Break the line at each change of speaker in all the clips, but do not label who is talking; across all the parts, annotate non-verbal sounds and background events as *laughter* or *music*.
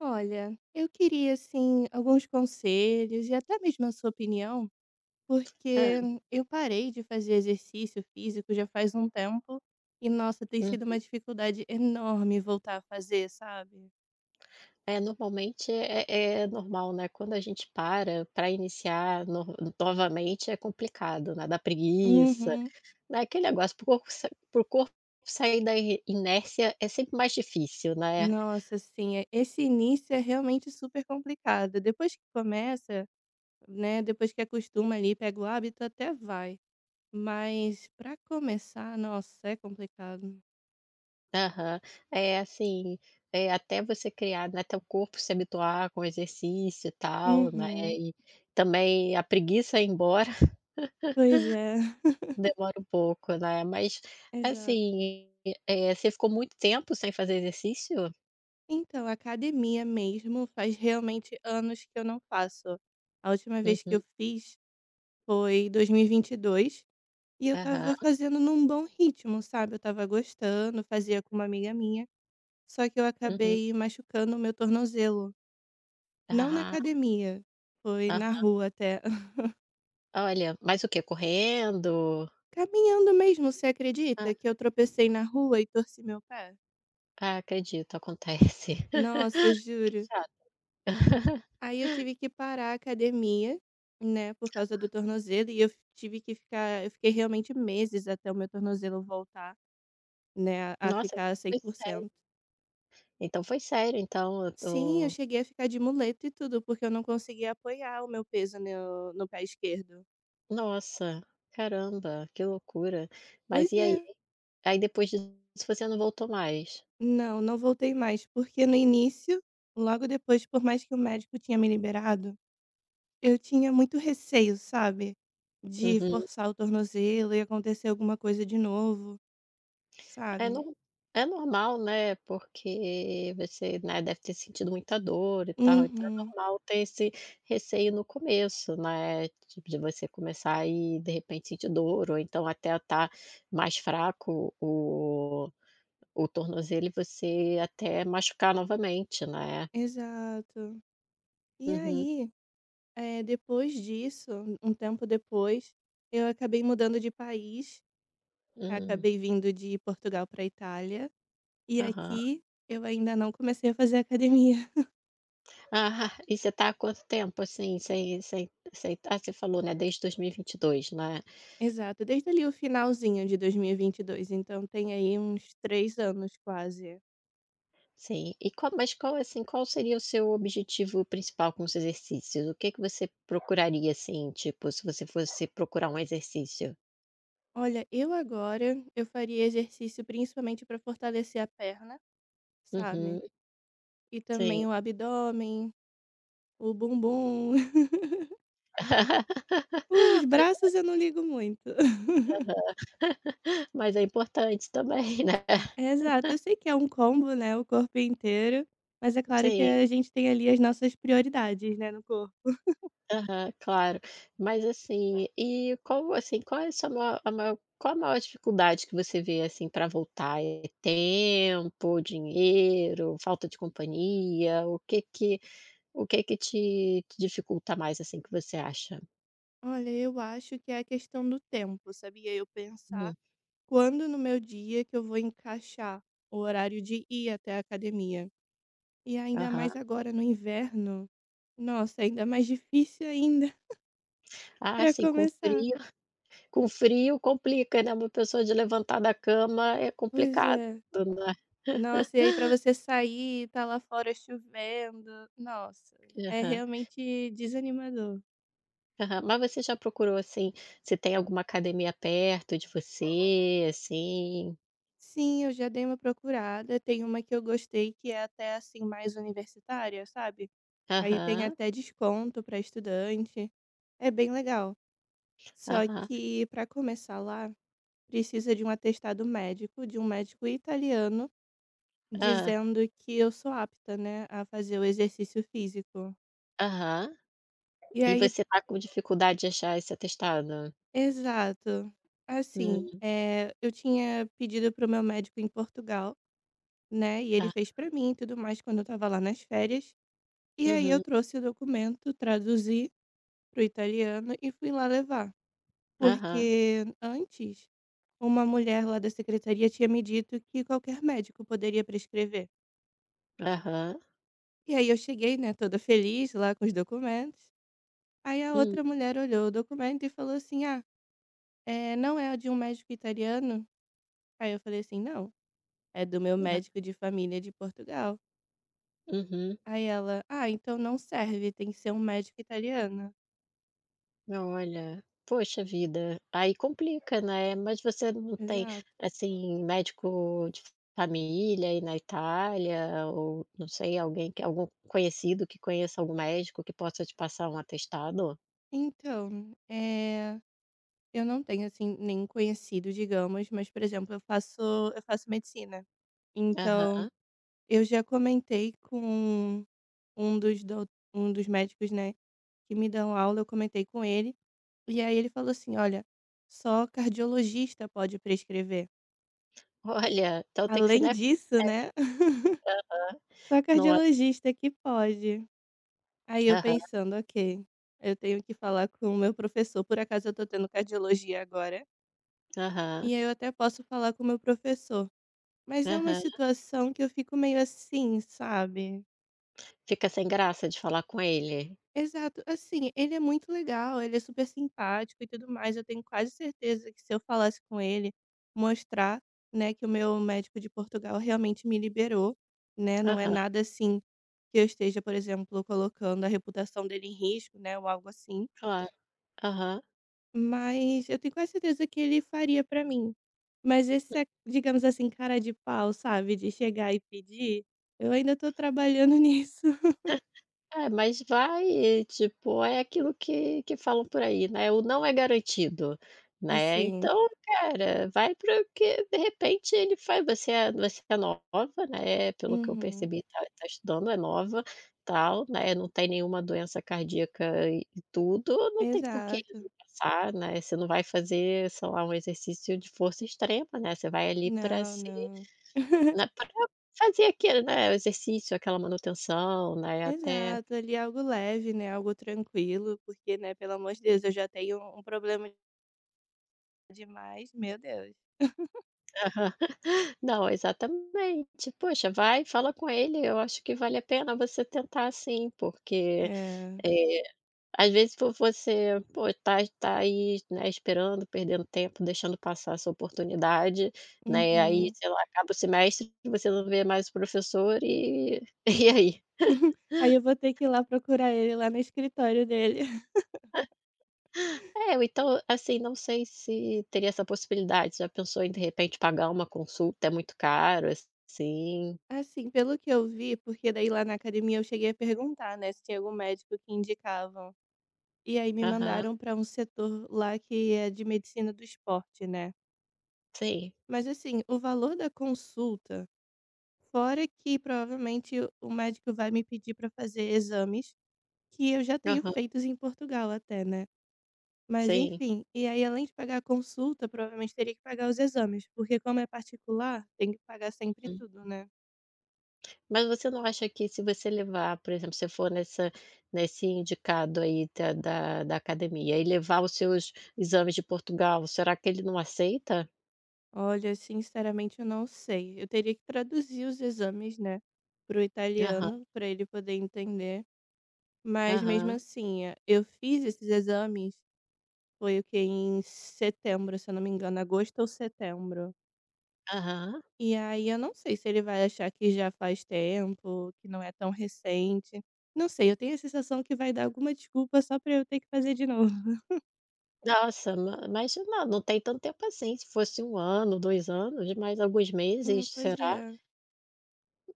Olha, eu queria, assim, alguns conselhos e até mesmo a sua opinião,
Hã,
porque eu parei de fazer exercício físico já faz um tempo e, nossa, tem sido
hum.
uma dificuldade enorme voltar a fazer, sabe?
É, normalmente é normal, né, quando a gente para iniciar no novamente é complicado, né, dá preguiça,
Uhum.
né, aquele negócio para o corpo sa para corpo sair da i inércia é sempre mais difícil, né.
Nossa, sim. Esse início é realmente super complicado. Depois que começa, né, depois que acostuma ali, pega o hábito, até vai. Mas pra começar, nossa, é complicado.
Aham. É assim, até você criar, né, até o corpo se habituar com o exercício e tal, né,
Uhum.
e também a preguiça ir embora *laughs*
Pois é, *laughs*
demora um pouco, né, mas
exato.
assim, você ficou muito tempo sem fazer exercício?
Então, academia mesmo, faz realmente anos que eu não faço. A última vez que
Uhum.
eu fiz foi 2022 e vinte e dois e eu tava
Aham,
fazendo num bom ritmo, sabe? Eu tava gostando, fazia com uma amiga minha, só que eu
uhum.
acabei machucando o meu tornozelo. Não na
Ah,
academia, foi
ah,
na rua até. *laughs*
olha, mas o quê? Correndo?
Caminhando mesmo, você
Hã.
acredita que eu tropecei na rua e torci meu pé?
Ah, acredito, acontece.
Nossa,
*laughs* Que
juro.
chato. *laughs*
Aí eu tive que parar a academia, né, por causa do tornozelo e eu tive que ficar eu fiquei realmente meses até o meu tornozelo voltar, né, a
Nossa,
ficar cem
foi
por
sério.
cento.
Então foi sério, então
Sim, eu cheguei a ficar de muleta e tudo, porque eu não conseguia apoiar o meu peso no pé esquerdo.
o nossa, caramba, que loucura. Mas
Pois
e aí?
é.
Aí depois disso você não voltou mais?
Não, não voltei mais, porque no início, logo depois, por mais que o médico tinha me liberado, eu tinha muito receio, sabe, de
Uhum.
forçar o tornozelo e acontecer alguma coisa de novo,
É
sabe.
nor É normal, né, porque você, né, deve ter sentido muita dor e tal, então é
Uhum,
normal ter esse receio no começo, né, tipo, de você começar e de repente sentir dor ou então até estar mais fraco o tornozelo e você até machucar novamente, né.
exato. E
Uhum.
aí, depois disso, um tempo depois, eu acabei mudando de país,
Hum.
acabei vindo de Portugal para Itália, e
Aham.
aqui eu ainda não comecei a fazer academia. *laughs*
Ah, e você tá há quanto tempo, assim, sem sem sem ah, você falou, né, desde 2022, né?
Exato, desde ali o finalzinho de dois mil e vinte e dois então tem aí uns 3 anos quase.
Sim. E qual, mas qual, assim, qual seria o seu objetivo principal com os exercícios? O que que você procuraria, assim, tipo, se você fosse procurar um exercício?
Olha, eu agora, eu faria exercício principalmente para fortalecer a perna,
Uhum,
sabe, e
sim.
também o abdômen, o bumbum.
*laughs*
Os braços eu não ligo muito. *laughs*
Mas é importante também, *laughs* né.
Exato, eu sei que é um combo, né, o corpo inteiro, mas é claro que
Sim.
a gente tem ali as nossas prioridades, né, no corpo.
Aham, claro. Mas, assim, e qual, assim, qual é a sua maior, a maior, qual a maior dificuldade que você vê, assim, para voltar? É tempo, dinheiro, falta de companhia? O que que te te dificulta mais, assim, que você acha?
Olha, eu acho que é a questão do tempo, sabia? Eu pensar
Hum,
quando no meu dia que eu vou encaixar o horário de ir até a academia. E ainda mais
aham.
agora no inverno. Nossa, ainda mais difícil ainda *laughs*
Ah,
para
sim, com
começar.
frio *laughs* com frio complica, né, uma pessoa de levantar da cama é
Pois
complicado,
é.
né.
Nossa, e aí pra você sair, tá lá fora chovendo. Nossa, é
Aham,
realmente desanimador.
aham. Mas você já procurou, assim, se tem alguma academia perto de você, assim?
Sim, eu já dei uma procurada, tem uma que eu gostei que é até, assim, mais universitária, sabe. Aí tem
Aham,
até desconto pra estudante, é bem legal. Só
aham,
que pra começar lá, precisa de um atestado médico, de um médico italiano,
ah,
dizendo que eu sou apta, né, a fazer o exercício físico.
aham.
E
E
aí
você tá com dificuldade de achar esse atestado?
Exato. Assim,
Hum,
eu tinha pedido para o meu médico em Portugal, né, e ele
tá.
fez para mim e tudo mais quando eu estava lá nas férias. E aí eu
Uhum.
trouxe o documento, traduzi pro italiano e fui lá levar.
Aham,
Porque antes, uma mulher lá da secretaria tinha me dito que qualquer médico poderia prescrever.
aham.
E aí eu cheguei, né, toda feliz lá com os documentos. Aí a
Hum,
outra mulher olhou o documento e falou assim: Ah, é não é de um médico italiano? Aí eu falei assim: Não. É do meu
hã.
médico de família de Portugal.
Uhum.
Aí ela: "Ah, então não serve, tem que ser um médico italiano".
Olha, poxa vida, aí complica, né. Mas você não tem,
Exato.
assim, médico de família aí na Itália, ou não sei, alguém, que algum conhecido que conheça algum médico que possa te passar um atestado?
Então, eu não tenho, assim, nenhum conhecido, digamos, mas, por exemplo, eu faço medicina.
Aham.
Então, eu já comentei com um dos dou um dos médicos, né, que me dão aula, eu comentei com ele, e aí ele falou assim: "Olha, só cardiologista pode prescrever".
Olha, então tem que ser,
Além
né, com
disso, né?
médico.
*laughs* Só
Nossa.
cardiologista que pode. Aí eu
Aham,
pensando: "Ok, eu tenho que falar com o meu professor", por acaso eu tô tendo cardiologia agora,
aham,
e aí eu até posso falar com o meu professor. Mas é uma
aham.
situação que eu fico meio assim, sabe?
Fica sem graça de falar com ele?
Exato. Assim, ele é muito legal, ele é super simpático e tudo mais. Eu tenho quase certeza que se eu falasse com ele, mostrar, né, que o meu médico de Portugal realmente me liberou, né? Não é
Aham,
nada assim que eu esteja, por exemplo, colocando a reputação dele em risco, né, ou algo assim.
claro. Aham.
Mas eu tenho quase certeza que ele faria pra mim. Mas esse, digamos assim, cara de pau, sabe, de chegar e pedir, eu ainda tô trabalhando *laughs* nisso.
É, mas vai, tipo, é aquilo que falam por aí, né, o não é garantido, né,
Assim.
então, cara, vai, para que de repente ele faz. Você é, você é nova, né, pelo que eu
Uhum.
percebi, tá, tá estudando, é nova, tal, né, não tem nenhuma doença cardíaca e tudo, não tem por que ele
Exato.
não passar, né, você não vai fazer, sei lá, um exercício de força extrema, né, você vai ali para
Não,
se,
não. *laughs*
né, pra fazer aquele, né, exercício, aquela manutenção, né, até.
Exato, ali é algo leve, né, algo tranquilo, porque, né, pelo amor de Deus, eu já tenho um problema demais, meu Deus.
Não, exatamente. Poxa, vai, fala com ele, eu acho que vale a pena você tentar, sim, porque,
É.
eh, às vezes por você, pô, tá aí, né, esperando, perdendo tempo, deixando passar essa oportunidade, né, aí,
Uhum.
sei lá, acaba o semestre, você não vê mais o professor e *laughs* e aí?
*laughs* Aí eu vou ter que ir lá procurar ele lá no escritório dele. *laughs*
É, ou então, assim, não sei se teria essa possibilidade, já pensou em de repente pagar uma consulta, é muito caro, assim?
Assim, pelo que eu vi, porque daí lá na academia eu cheguei a perguntar, né, se tinha algum médico que indicavam. E aí me
Aham,
mandaram para um setor lá que é de medicina do esporte, né.
sim.
Mas assim, o valor da consulta Fora que provavelmente o médico vai me pedir para fazer exames que eu já tenho
Aham,
feitos em Portugal até, né. Mas
sim.
enfim, e aí além de pagar a consulta, provavelmente teria que pagar os exames, porque como é particular, tem que pagar sempre tudo, né.
Mas você não acha que se você levar, por exemplo, se for nessa, nesse indicado aí da academia e levar os seus exames de Portugal, será que ele não aceita?
Olha, sinceramente eu não sei. Eu teria que traduzir os exames, né, para o
Aham,
italiano, para ele poder entender. Mas mesmo
aham,
assim, eu fiz esses exames, foi o que Em setembro, se eu não me engano, agosto ou setembro.
aham.
E aí eu não sei se ele vai achar que já faz tempo, que não é tão recente. Não sei, eu tenho a sensação que vai dar alguma desculpa só pra eu ter que fazer de novo. *laughs*
Nossa, ma mas não, não tem tanto tempo assim, se fosse um ano, 2 anos, mais alguns meses,
Pois
será?
é.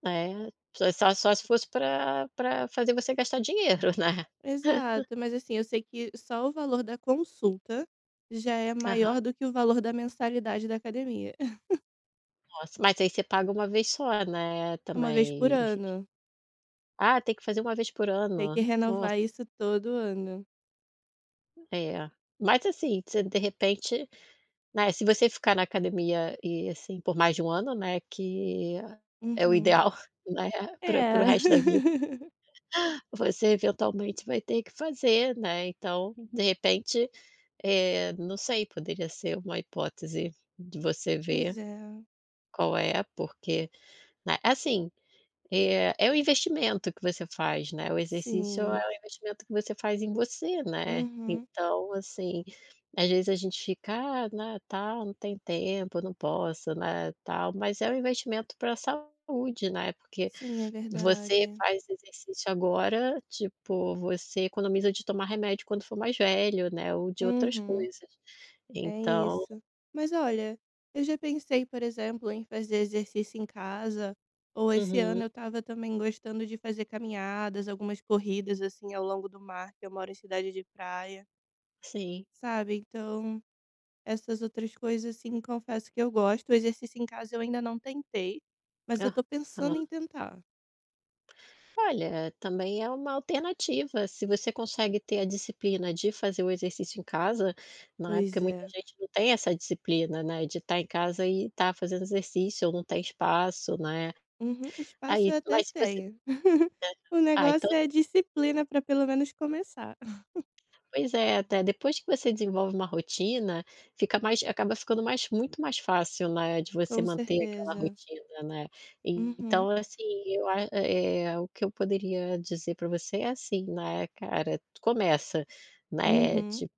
É, só se fosse para fazer você gastar dinheiro, *laughs* né.
Exato, mas assim, eu sei que só o valor da consulta já é
Aham,
maior do que o valor da mensalidade da academia. *laughs*
nossa, mas aí você paga uma vez só, né,
Uma vez por
também.
ano.
Ah, tem que fazer uma vez por
Tem que
ano,
renovar
nossa.
isso todo ano.
É, mas assim, você de repente, né, se você ficar na academia e assim por mais de um ano, né, que é o
Uhum.
ideal, *laughs* né, para
É.
o resto da vida,
*laughs*
você eventualmente vai ter que fazer, né, então de repente, eh, não sei, poderia ser uma hipótese de você
Pois
ver
é.
qual é, porque, né, assim. É, é o investimento que você faz, né, o exercício é o,
Sim.
uhum, investimento que você faz em você, né.
Uhum.
Então, assim, às vezes a gente fica: "Ah, né, tal, não tem tempo, não posso, né, tal", mas é um investimento para a saúde, né, porque
Sim, é
você
verdade.
faz exercício agora, tipo, você economiza de tomar remédio quando for mais velho, né, ou de outras
Uhum.
coisas.
É
Então
isso. Mas olha, eu já pensei, por exemplo, em fazer exercício em casa, ou esse ano
uhum,
eu estava também gostando de fazer caminhadas, algumas corridas assim ao longo do mar, que eu moro em cidade de praia,
sim.
sabe? Então, essas outras coisas assim, confesso que eu gosto. O exercício em casa eu ainda não tentei, mas eu tô pensando
Aham.
em tentar.
Olha, também é uma alternativa, se você consegue ter a disciplina de fazer o exercício em casa, né, porque
Pois
muita
é.
gente não tem essa disciplina, né, de estar em casa e estar fazendo exercício, ou não tem espaço, né,
Uhum, espaço
aí
eu até
mas se você,
tenho. *laughs* O
ah, então.
negócio é disciplina para pelo menos começar.
Pois é, até depois que você desenvolve uma rotina, fica mais, acaba ficando mais, muito mais fácil, né, de você
Com
manter aquela
certeza.
rotina, né.
Uhum.
Então, assim, eu a eh, o que eu poderia dizer para você é assim, né, cara, começa, né,
Uhum,
tipo,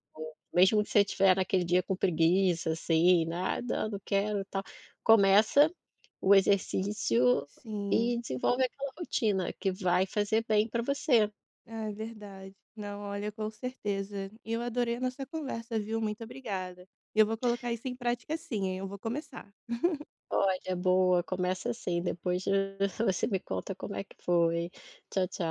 mesmo que você tiver naquele dia com preguiça, assim, nada, não, não quero", e tal, começa o exercício
sim.
e desenvolve aquela rotina que vai fazer bem para você.
Ah, é verdade. Não, olha, com certeza. E eu adorei a nossa conversa, viu? Muito obrigada. E eu vou colocar isso em prática sim, hein? Eu vou começar.
Olha, boa, começa assim, depois *laughs* você me conta como é que foi. Tchau, tchau.